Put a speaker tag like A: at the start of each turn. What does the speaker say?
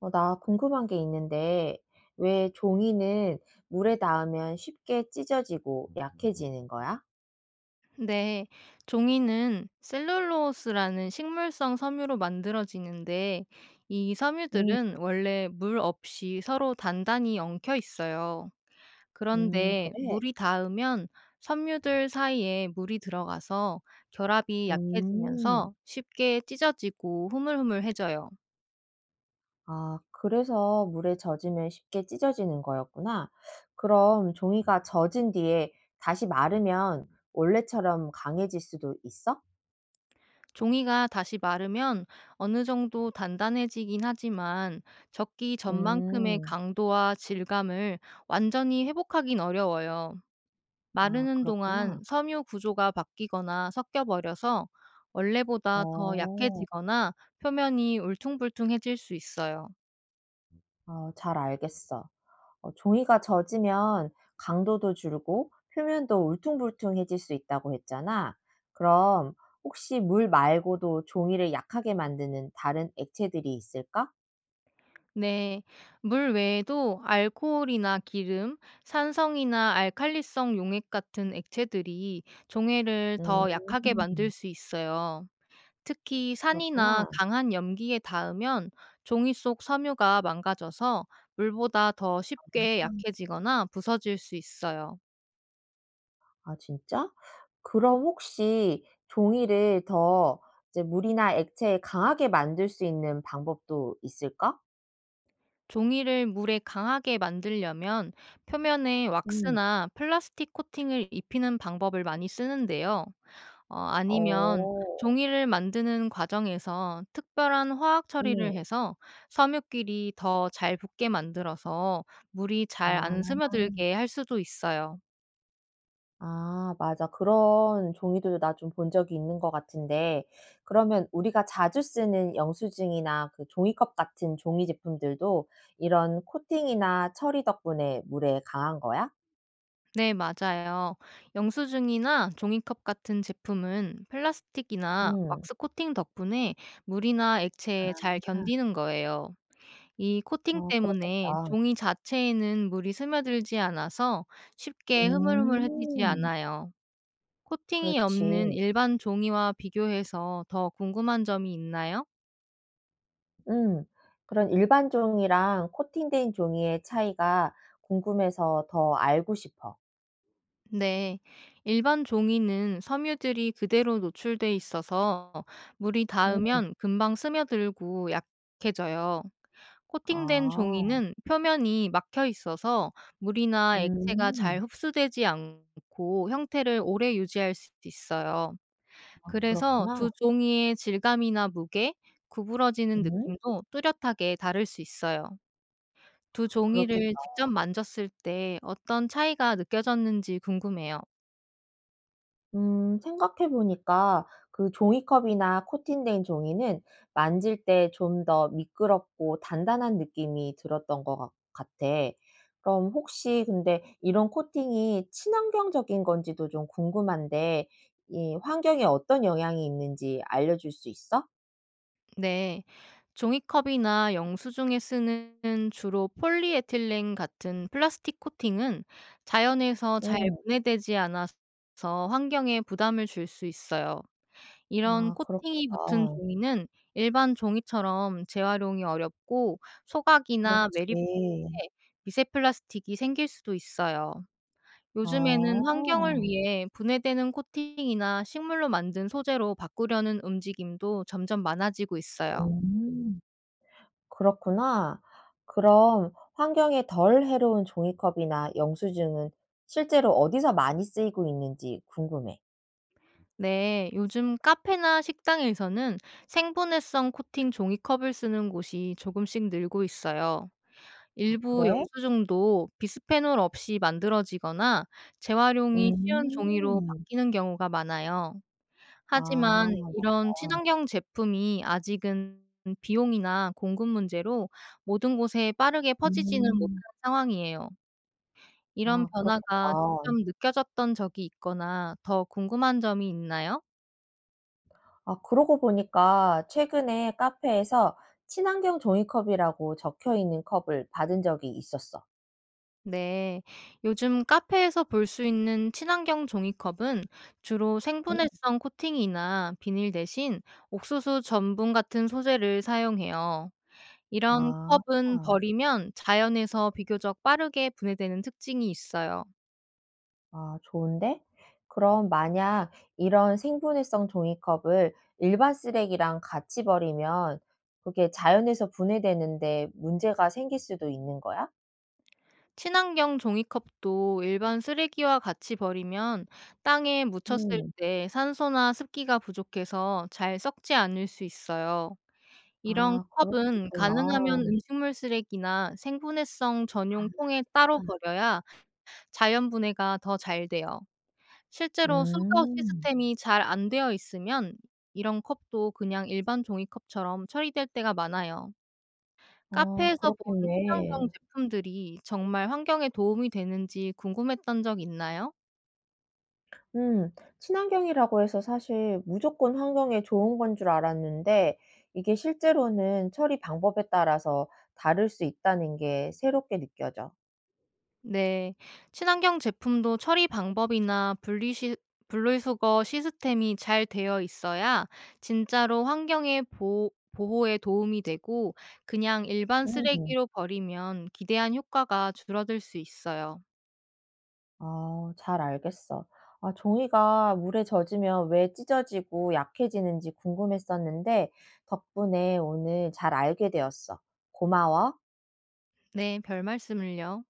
A: 어, 나 궁금한 게 있는데, 왜 종이는 물에 닿으면 쉽게 찢어지고 약해지는 거야?
B: 네, 종이는 셀룰로스라는 식물성 섬유로 만들어지는데 이
A: 음,
B: 섬유들은 원래 물 없이 서로 단단히 엉켜 있어요. 그런데
A: 그래.
B: 물이 닿으면 섬유들 사이에 물이 들어가서 결합이
A: 음,
B: 약해지면서 쉽게 찢어지고 흐물흐물해져요.
A: 아, 그래서 물에 젖으면 쉽게 찢어지는 거였구나. 그럼 종이가 젖은 뒤에 다시 마르면 원래처럼 강해질 수도 있어?
B: 종이가 다시 마르면 어느 정도 단단해지긴 하지만 적기 전만큼의
A: 음,
B: 강도와 질감을 완전히 회복하긴 어려워요.
A: 아,
B: 마르는 동안
A: 그렇구나.
B: 섬유 구조가 바뀌거나 섞여 버려서 원래보다 더
A: 어,
B: 약해지거나 표면이 울퉁불퉁해질 수 있어요.
A: 어, 잘 알겠어. 어 "종이가 젖으면 강도도 줄고 표면도 울퉁불퉁해질 수 있다."고 했잖아. 그럼 혹시 물 말고도 종이를 약하게 만드는 다른 액체들이 있을까?
B: 네. 물 외에도 알코올이나 기름, 산성이나 알칼리성 용액 같은 액체들이 종해를 더
A: 음,
B: 약하게 만들 수 있어요. 특히 산이나
A: 그렇구나.
B: 강한 염기에 닿으면 종이 속 섬유가 망가져서 물보다 더 쉽게 약해지거나 부서질 수 있어요.
A: 아, 진짜? 그럼 혹시 종이를 더 이제 물이나 액체에 강하게 만들 수 있는 방법도 있을까?
B: 종이를 물에 강하게 만들려면 표면에
A: 음.
B: 왁스나 플라스틱 코팅을 입히는 방법을 많이 쓰는데요. 아니면
A: 어.
B: 종이를 만드는 과정에서 특별한 화학
A: 음.
B: 처리를 해서 섬유끼리 더 잘 붙게 만들어서 물이 잘 안
A: 아.
B: 스며들게 할 수도 있어요.
A: 아, 맞아. 그런 종이들도 나 좀 본 적이 있는 것 같은데, 그러면 우리가 자주 쓰는 영수증이나 그 종이컵 같은 종이 제품들도 이런 코팅이나 처리 덕분에 물에 강한 거야?
B: 네, 맞아요. 영수증이나 종이컵 같은 제품은 플라스틱이나
A: 음.
B: 왁스 코팅 덕분에 물이나 액체에 잘
A: 아.
B: 견디는 거예요. 이 코팅
A: 어,
B: 때문에
A: 그렇겠다.
B: 종이 자체에는 물이 스며들지 않아서 쉽게 흐물흐물해지지
A: 음.
B: 않아요. 코팅이
A: 그렇지.
B: 없는 일반 종이와 비교해서 더 궁금한 점이 있나요?
A: 음. 그런 일반 종이랑 코팅된 종이의 차이가 궁금해서 더 알고 싶어.
B: 네. 일반 종이는 섬유들이 그대로 노출돼 있어서 물이
A: 음.
B: 닿으면 금방 스며들고 약해져요. 코팅된
A: 아.
B: 종이는 표면이 막혀 있어서 물이나 액체가 잘
A: 음.
B: 흡수되지 않고 형태를 오래 유지할 수 있어요.
A: 아,
B: 그래서
A: 그렇구나.
B: 두 종이의 질감이나 무게, 구부러지는
A: 음.
B: 느낌도 뚜렷하게 다를 수 있어요. 두
A: 그렇겠
B: 종이를
A: 다.
B: 직접 만졌을 때 어떤 차이가 느껴졌는지 궁금해요.
A: 생각해보니까 그 종이컵이나 코팅된 종이는 만질 때 좀 더 미끄럽고 단단한 느낌이 들었던 것 같아. 그럼 혹시 근데 이런 코팅이 친환경적인 건지도 좀 궁금한데, 이 환경에 어떤 영향이 있는지 알려줄 수 있어?
B: 네. 종이컵이나 영수증에 쓰는 주로 폴리에틸렌 같은 플라스틱 코팅은 자연에서 잘
A: 음,
B: 분해되지 않아서 환경에 부담을 줄 수 있어요. 이런
A: 아,
B: 코팅이 붙은
A: 그렇겠다.
B: 종이는 일반 종이처럼 재활용이 어렵고 소각이나 매립 때
A: 그렇지.
B: 에 미세 플라스틱이 생길 수도 있어요. 요즘에는 환경을
A: 아,
B: 위해 분해되는 코팅이나 식물로 만든 소재로 바꾸려는 움직임도 점점 많아지고 있어요.
A: 음. 그렇구나. 그럼 환경에 덜 해로운 종이컵이나 영수증은 실제로 어디서 많이 쓰이고 있는지 궁금해.
B: 네, 요즘 카페나 식당에서는 생분해성 코팅 종이컵을 쓰는 곳이 조금씩 늘고 있어요.
A: 아,
B: 일부
A: 그래?
B: 영수증도 비스페놀 없이 만들어지거나 재활용이 쉬운 종이로
A: 음.
B: 바뀌는 경우가 많아요.
A: 아.
B: 하지만 이런 친환경 제품이 아직은 비용이나 공급 문제로 모든 곳에 빠르게 퍼지지는
A: 음.
B: 못하는 상황이에요. 이런
A: 아, 그렇겠다.
B: 변화가 직접 느껴졌던 적이 있거나 더 궁금한 점이 있나요?
A: 아, 그러고 보니까 최근에 카페에서 친환경 종이컵이라고 적혀 있는 컵을 받은 적이 있었어.
B: 네. 요즘 카페에서 볼 수 있는 친환경 종이컵은 주로
A: 음.
B: 생분해성 코팅이나 비닐 대신 옥수수 전분 같은 소재를 사용해요. 이런
A: 아.
B: 컵은 버리면 자연에서 비교적 빠르게 분해되는 특징이 있어요.
A: 아, 좋은데? 그럼 만약 이런 생분해성 종이컵을 일반 쓰레기랑 같이 버리면 그게 자연에서 분해되는데 문제가 생길 수도 있는 거야?
B: 친환경 종이컵도 일반 쓰레기와 같이 버리면 땅에 묻혔을
A: 음.
B: 때 산소나 습기가 부족해서 잘 썩지 않을 수 있어요. 이런
A: 아, 그럴 수
B: 컵은
A: 있구나.
B: 가능하면
A: 아.
B: 음식물 쓰레기나 생분해성 전용 통에 따로 버려야 자연 분해가 더 잘 돼요. 실제로 수거
A: 음.
B: 시스템이 잘 안 되어 있으면 이런 컵도 그냥 일반 종이컵처럼 처리될 때가 많아요.
A: 아,
B: 카페에서 본 친환경
A: 그렇겠네.
B: 제품들이 정말 환경에 도움이 되는지 궁금했던 적 있나요?
A: 음. 친환경이라고 해서 사실 무조건 환경에 좋은 건 줄 알았는데, 이게 실제로는 처리 방법에 따라서 다를 수 있다는 게 새롭게 느껴져.
B: 네. 친환경 제품도 처리 방법이나 분리 시 분리수거 시스템이 잘 되어 있어야 진짜로 환경의 보호 보호에 도움이 되고 그냥 일반
A: 음.
B: 쓰레기로 버리면 기대한 효과가 줄어들 수 있어요.
A: 아, 잘 알겠어. 아, 종이가 물에 젖으면 왜 찢어지고 약해지는지 궁금했었는데 덕분에 오늘 잘 알게 되었어. 고마워.
B: 네, 별말씀을요.